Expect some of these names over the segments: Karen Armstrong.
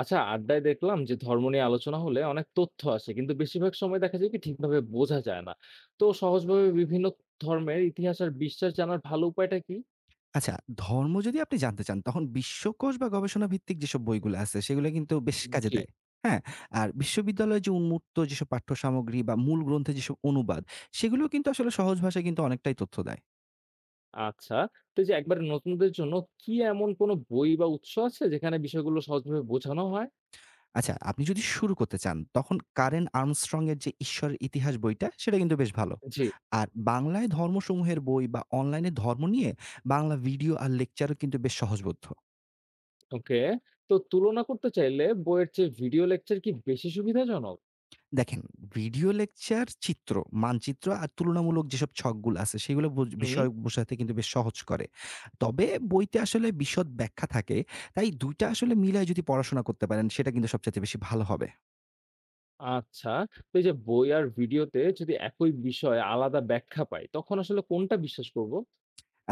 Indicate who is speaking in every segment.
Speaker 1: আচ্ছা আড্ডায় দেখলাম যে ধর্ম নিয়ে আলোচনা হলে অনেক তথ্য আসে কিন্তু বেশিরভাগ সময় দেখা যায় কি ঠিকভাবে বোঝা যায় না। তো সহজভাবে বিভিন্ন ধর্মের ইতিহাস আর বিশ্বাস জানার ভালো উপায়টা কি?
Speaker 2: আচ্ছা, ধর্ম যদি আপনি জানতে চান, তখন বিশ্বকোষ বা গবেষণা ভিত্তিক যেসব বইগুলো আছে, সেগুলো কিন্তু বেশ কাজে
Speaker 1: জি।
Speaker 2: দেয়। হ্যাঁ? আর বিশ্ববিদ্যালয়ে যে উন্মুক্ত যেসব পাঠ্যসামগ্রী বা মূল গ্রন্থে যেসব অনুবাদ, সেগুলো কিন্তু আসলে সহজ ভাষায় কিন্তু অনেকটাই তথ্য দেয়।
Speaker 1: আচ্ছা। তো এই যে একবারে নতুনদের জন্য কি এমন কোনো বই বা উৎস আছে যেখানে বিষয়গুলো সহজভাবে বোঝানো হয়?
Speaker 2: আচ্ছা, আপনি যদি শুরু করতে চান, তখন কারেন আর্মস্ট্রং এর যে 'ঈশ্বরের ইতিহাস' বইটা, সেটা কিন্তু বেশ ভালো।
Speaker 1: জি।
Speaker 2: আর বাংলায় ধর্মসমূহের বই বা অনলাইনে ধর্ম নিয়ে বাংলা ভিডিও আর লেকচারও কিন্তু বেশ সহজবোধ্য।
Speaker 1: ওকে। তো তুলনা করতে চাইলে বইয়ের চেয়ে ভিডিও লেকচার কি বেশি সুবিধাজনক?
Speaker 2: দেখেন, ভিডিও লেকচার, চিত্র, মানচিত্র আর তুলনামূলক যেসব ছকগুলো আছে সেগুলো বুঝ
Speaker 1: হুম।
Speaker 2: বিষয় বোঝাতে কিন্তু বেশ সহজ করে। তবে বইতে আসলে বিশদ ব্যাখ্যা থাকে। তাই ২ টা আসলে মিলায় যদি পড়াশোনা করতে পারেন সেটা কিন্তু সবচাইতে বেশি ভালো হবে।
Speaker 1: আচ্ছা। তো এই যে বই আর ভিডিওতে যদি একই বিষয় আলাদা ব্যাখ্যা পাই তখন আসলে কোনটা বিশ্বাস করব?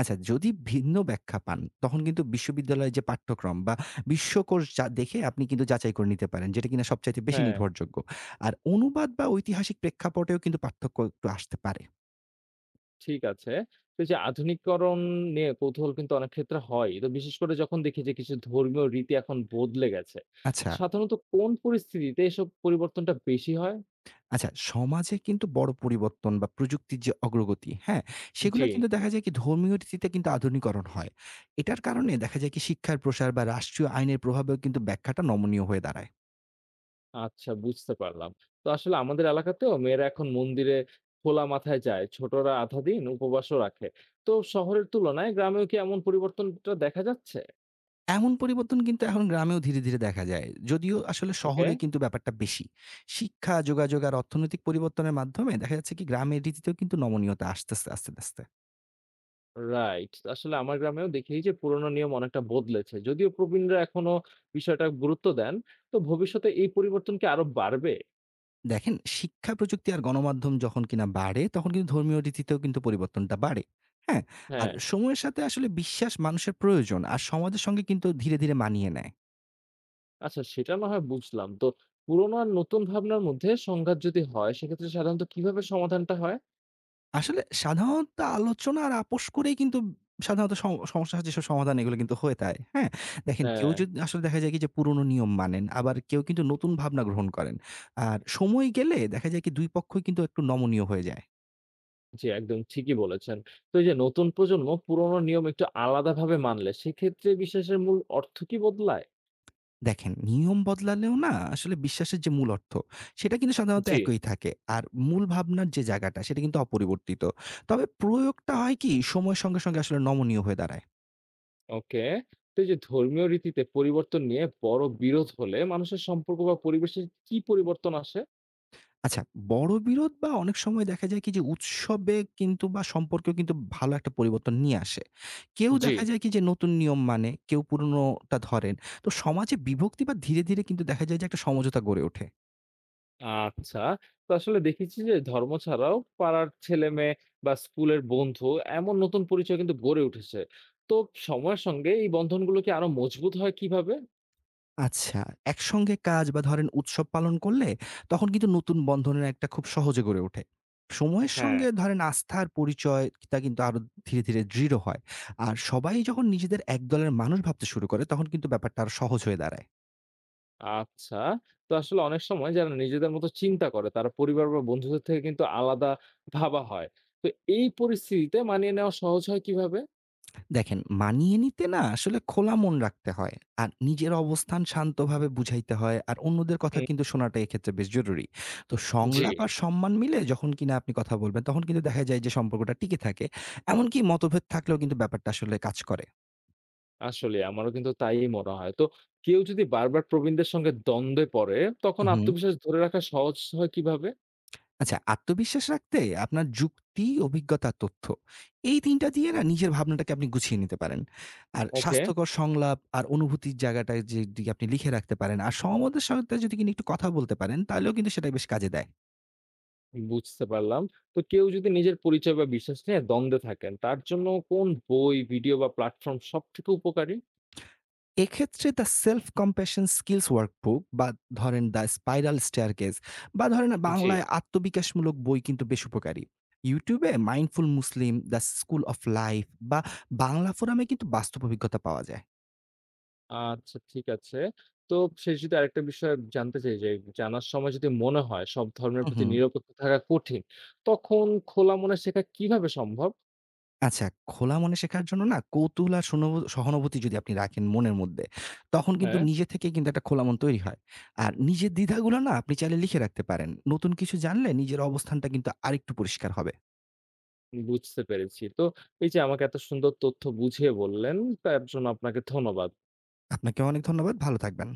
Speaker 2: আচ্ছা যদি ভিন্ন ব্যাখ্যা পান তখন কিন্তু বিশ্ববিদ্যালয়ের যে পাঠ্যক্রম বা বিশ্বকোষ যা দেখে আপনি কিন্তু যাচাই করে নিতে পারেন। যেটা কিনা সবচাইতে বেশি
Speaker 1: হ্যাঁ।
Speaker 2: নির্ভরযোগ্য। আর অনুবাদ বা ঐতিহাসিক প্রেক্ষাপটেও কিন্তু পার্থক্য একটু আসতে পারে।
Speaker 1: ঠিক আছে। তো এই যে আধুনিকরণ নিয়ে কৌতূহল কিন্তু অনেক ক্ষেত্রে হয়। তো বিশেষ করে যখন দেখি যে কিছু ধর্মীয় রীতি এখন বদলে গেছে।
Speaker 2: আচ্ছা
Speaker 1: সাধারণত কোন পরিস্থিতিতে এসব পরিবর্তনটা বেশি হয়?
Speaker 2: আচ্ছা, সমাজে কিন্তু বড় পরিবর্তন বা প্রযুক্তির যে অগ্রগতি, হ্যাঁ? সেগুলো
Speaker 1: জি।
Speaker 2: কিন্তু দেখা যায় কি ধর্মীয় রীতিতে কিন্তু আধুনিকরণ হয়। এটার কারণে দেখা যায় কি শিক্ষার প্রসার বা রাষ্ট্রীয় আইনের প্রভাবেও কিন্তু ব্যাখ্যাটা নমনীয় হয়ে দাঁড়ায়।
Speaker 1: আচ্ছা বুঝতে পারলাম। তো আসলে আমাদের এলাকাতেও মেয়েরা এখন মন্দিরে খোলা মাথায় যায়। ছোটরা আধা দিন উপবাসও রাখে। তো শহরের তুলনায় গ্রামেও কি এমন পরিবর্তনটা দেখা যাচ্ছে?
Speaker 2: এমন পরিবর্তন কিন্তু এখন গ্রামেও ধীরে, ধীরে দেখা যায়। যদিও আসলে
Speaker 1: ওকে।
Speaker 2: শহরে কিন্তু ব্যাপারটা বেশি। শিক্ষা, যোগাযোগ আর অর্থনৈতিক পরিবর্তনের মাধ্যমে দেখা যাচ্ছে কি গ্রামের রীতিতেও কিন্তু নমনীয়তা আসতেছে আস্তে, আস্তে।
Speaker 1: রাইট। আসলে আমার গ্রামেও দেখি যে পুরোনো নিয়ম অনেকটা বদলেছে। যদিও প্রবীণরা এখনো বিষয়টা গুরুত্ব দেন, তো ভবিষ্যতে এই পরিবর্তন কি আরো বাড়বে?
Speaker 2: দেখেন শিক্ষা প্রযুক্তি আর গণমাধ্যম যখন কিনা বাড়ে তখন কিন্তু ধর্মীয় রীতিতেও কিন্তু পরিবর্তনটা বাড়ে। হ্যাঁ। আর
Speaker 1: হ্যাঁ।
Speaker 2: সময়ের সাথে আসলে বিশ্বাস মানুষের প্রয়োজন আর সমাজের সঙ্গে কিন্তু ধীরে ধীরে মানিয়ে নেয়।
Speaker 1: আচ্ছা সেটা না হয় বুঝলাম। তো পুরোনো আর নতুন ভাবনার মধ্যে সংঘাত যদি হয় সেক্ষেত্রে সাধারণত কিভাবে সমাধানটা হয়?
Speaker 2: আসলে সাধারণত আলোচনা আর আপোষ করেই কিন্তু সাধারণত সমস্যার যেসব সমাধান এগুলো কিন্তু হয়ে থাকে। হ্যাঁ। দেখেন কেউ
Speaker 1: হ্যাঁ।
Speaker 2: যদি আসলে দেখা যায় কি যে পুরনো নিয়ম মানেন আবার কেউ কিন্তু নতুন ভাবনা গ্রহণ করেন। আর সময় গেলে দেখা যায় কি দুই পক্ষই কিন্তু একটু নমনীয় হয়ে যায়।
Speaker 1: জি একদম ঠিকই বলেছেন। তো এই যে নতুন প্রজন্ম পুরোনো নিয়ম একটু আলাদাভাবে মানলে সেক্ষেত্রে বিশ্বাসের মূল অর্থ কি বদলায়?
Speaker 2: দেখেন, নিয়ম বদলালেও না আসলে বিশ্বাসের যে মূল অর্থ, সেটা কিন্তু সাধারণত
Speaker 1: জি।
Speaker 2: একই থাকে। আর মূল ভাবনার যে জায়গাটা, সেটা কিন্তু অপরিবর্তিত। তবে প্রয়োগটা হয় কি, সময়ের সঙ্গে, সঙ্গে আসলে নমনীয় হয়ে দাঁড়ায়।
Speaker 1: ওকে। তো এই যে ধর্মীয় রীতিতে পরিবর্তন নিয়ে বড় বিরোধ হলে মানুষের সম্পর্ক বা পরিবেশে কি পরিবর্তন আসে?
Speaker 2: আচ্ছা, বড় বিরোধ বা অনেক সময় দেখা যায় কি যে উৎসবে কিন্তু বা সম্পর্কেও কিন্তু ভালো একটা পরিবর্তন নিয়ে আসে। কেউ
Speaker 1: জি।
Speaker 2: দেখা যায় কি যে নতুন নিয়ম মানে, কেউ পুরনোটা ধরেন। তো সমাজে বিভক্তি বা ধীরে, ধীরে কিন্তু দেখা যায় যে একটা সমঝোতা গড়ে ওঠে।
Speaker 1: আচ্ছা। তো আসলে দেখেছি যে ধর্ম ছাড়াও পাড়ার ছেলেমেয়ে বা স্কুলের বন্ধু এমন নতুন পরিচয় কিন্তু গড়ে উঠেছে। তো সময়ের সঙ্গে এই বন্ধনগুলো কি আরো মজবুত হয় কিভাবে?
Speaker 2: আচ্ছা, একসঙ্গে কাজ বা ধরেন উৎসব পালন করলে তখন কিন্তু নতুন বন্ধনের একটা খুব সহজে গড়ে ওঠে। সময়ের
Speaker 1: হ্যাঁ।
Speaker 2: সঙ্গে ধরেন আস্থার পরিচয় তা কিন্তু আরো ধীরে, ধীরে দৃঢ় হয়। আর সবাই যখন নিজেদের এক দলের মানুষ ভাবতে শুরু করে তখন কিন্তু ব্যাপারটা আরো সহজ হয়ে দাঁড়ায়।
Speaker 1: আচ্ছা। তো আসলে অনেক সময় যারা নিজেদের মতো চিন্তা করে তারা পরিবার বা বন্ধুদের থেকে কিন্তু আলাদা ভাবা হয়। তো এই পরিস্থিতিতে মানিয়ে নেওয়া সহজ হয় কিভাবে?
Speaker 2: দেখেন, মানিয়ে নিতে না আসলে খোলা মন রাখতে হয়। আর নিজের অবস্থান শান্তভাবে বুঝাইতে হয়। আর অন্যদের কথা
Speaker 1: হুম।
Speaker 2: কিন্তু শোনাটা এক্ষেত্রে বেশ জরুরি। তো
Speaker 1: জি
Speaker 2: সংলাপ আর সম্মান মিলে যখন কিনা আপনি কথা বলবেন, তখন কিন্তু দেখা যায় যে সম্পর্কটা টিকে থাকে। এমনকি মতভেদ থাকলেও কিন্তু ব্যাপারটা আসলে কাজ করে।
Speaker 1: আসলে আমারও কিন্তু তাই মনে হয়। তো কেউ যদি বারবার প্রবীণদের সঙ্গে দ্বন্দ্বে পড়ে, তখন
Speaker 2: উহু।
Speaker 1: আত্মবিশ্বাস ধরে রাখা সহজ হয় কিভাবে?
Speaker 2: আচ্ছা, আত্মবিশ্বাস রাখতে আপনার যুক্তি, অভিজ্ঞতা, তথ্য এই ৩ টা দিয়ে না নিজের ভাবনাটাকে আপনি গুছিয়ে নিতে পারেন। আর
Speaker 1: ওকে,
Speaker 2: স্বাস্থ্যকর সংলাপ আর অনুভূতির জায়গাটায় যদি আপনি লিখে রাখতে পারেন আর সমমতের সাথে যদি কিনা একটু কথা বলতে পারেন তাহলেও কিন্তু সেটা বেশ কাজে দেয়।
Speaker 1: বুঝতে পারলাম। তো কেউ যদি নিজের পরিচয় বা বিশ্বাস নিয়ে দ্বন্দ্বে থাকেন, তার জন্য কোন বই, ভিডিও বা প্ল্যাটফর্ম সবথেকে উপকারী?
Speaker 2: এক্ষেত্রে the self compassion skills workbook বা ধরেন দ্য স্পাইরাল স্টেয়ারকেস বা ধরেন
Speaker 1: জি।
Speaker 2: বাংলায় আত্মবিকাশমূলক বই কিন্তু বেশ উপকারী। YouTube এ mindful Muslim, the school of life বা বাংলা ফোরামে কিন্তু বাস্তব অভিজ্ঞতা পাওয়া যায়।
Speaker 1: আচ্ছা, ঠিক আছে। তো শেষ যদি আরেকটা বিষয় জানতে চাই যে, জানার সময় যদি মনে হয় সব ধর্মের
Speaker 2: হু, হু।
Speaker 1: প্রতি নিরপেক্ষ থাকা কঠিন, তখন খোলা মনে শেখা কিভাবে সম্ভব?
Speaker 2: আচ্ছা, খোলা মনে শেখার জন্য না কৌতূহল আর সনব সহানুভূতি যদি আপনি রাখেন মনের মধ্যে, তখন কিন্তু
Speaker 1: হ্যাঁ।
Speaker 2: নিজে থেকেই কিন্তু একটা খোলা মন তৈরি হয়। আর নিজের দ্বিধাগুলো না আপনি চাইলে লিখে রাখতে পারেন। নতুন কিছু জানলে নিজের অবস্থানটা কিন্তু আরেকটু পরিষ্কার হবে।
Speaker 1: বুঝতে পেরেছি। তো এই যে আমাকে এত সুন্দর তথ্য বুঝিয়ে বললেন, তার জন্য আপনাকে ধন্যবাদ।
Speaker 2: আপনাকে অনেক ধন্যবাদ। ভালো থাকবেন।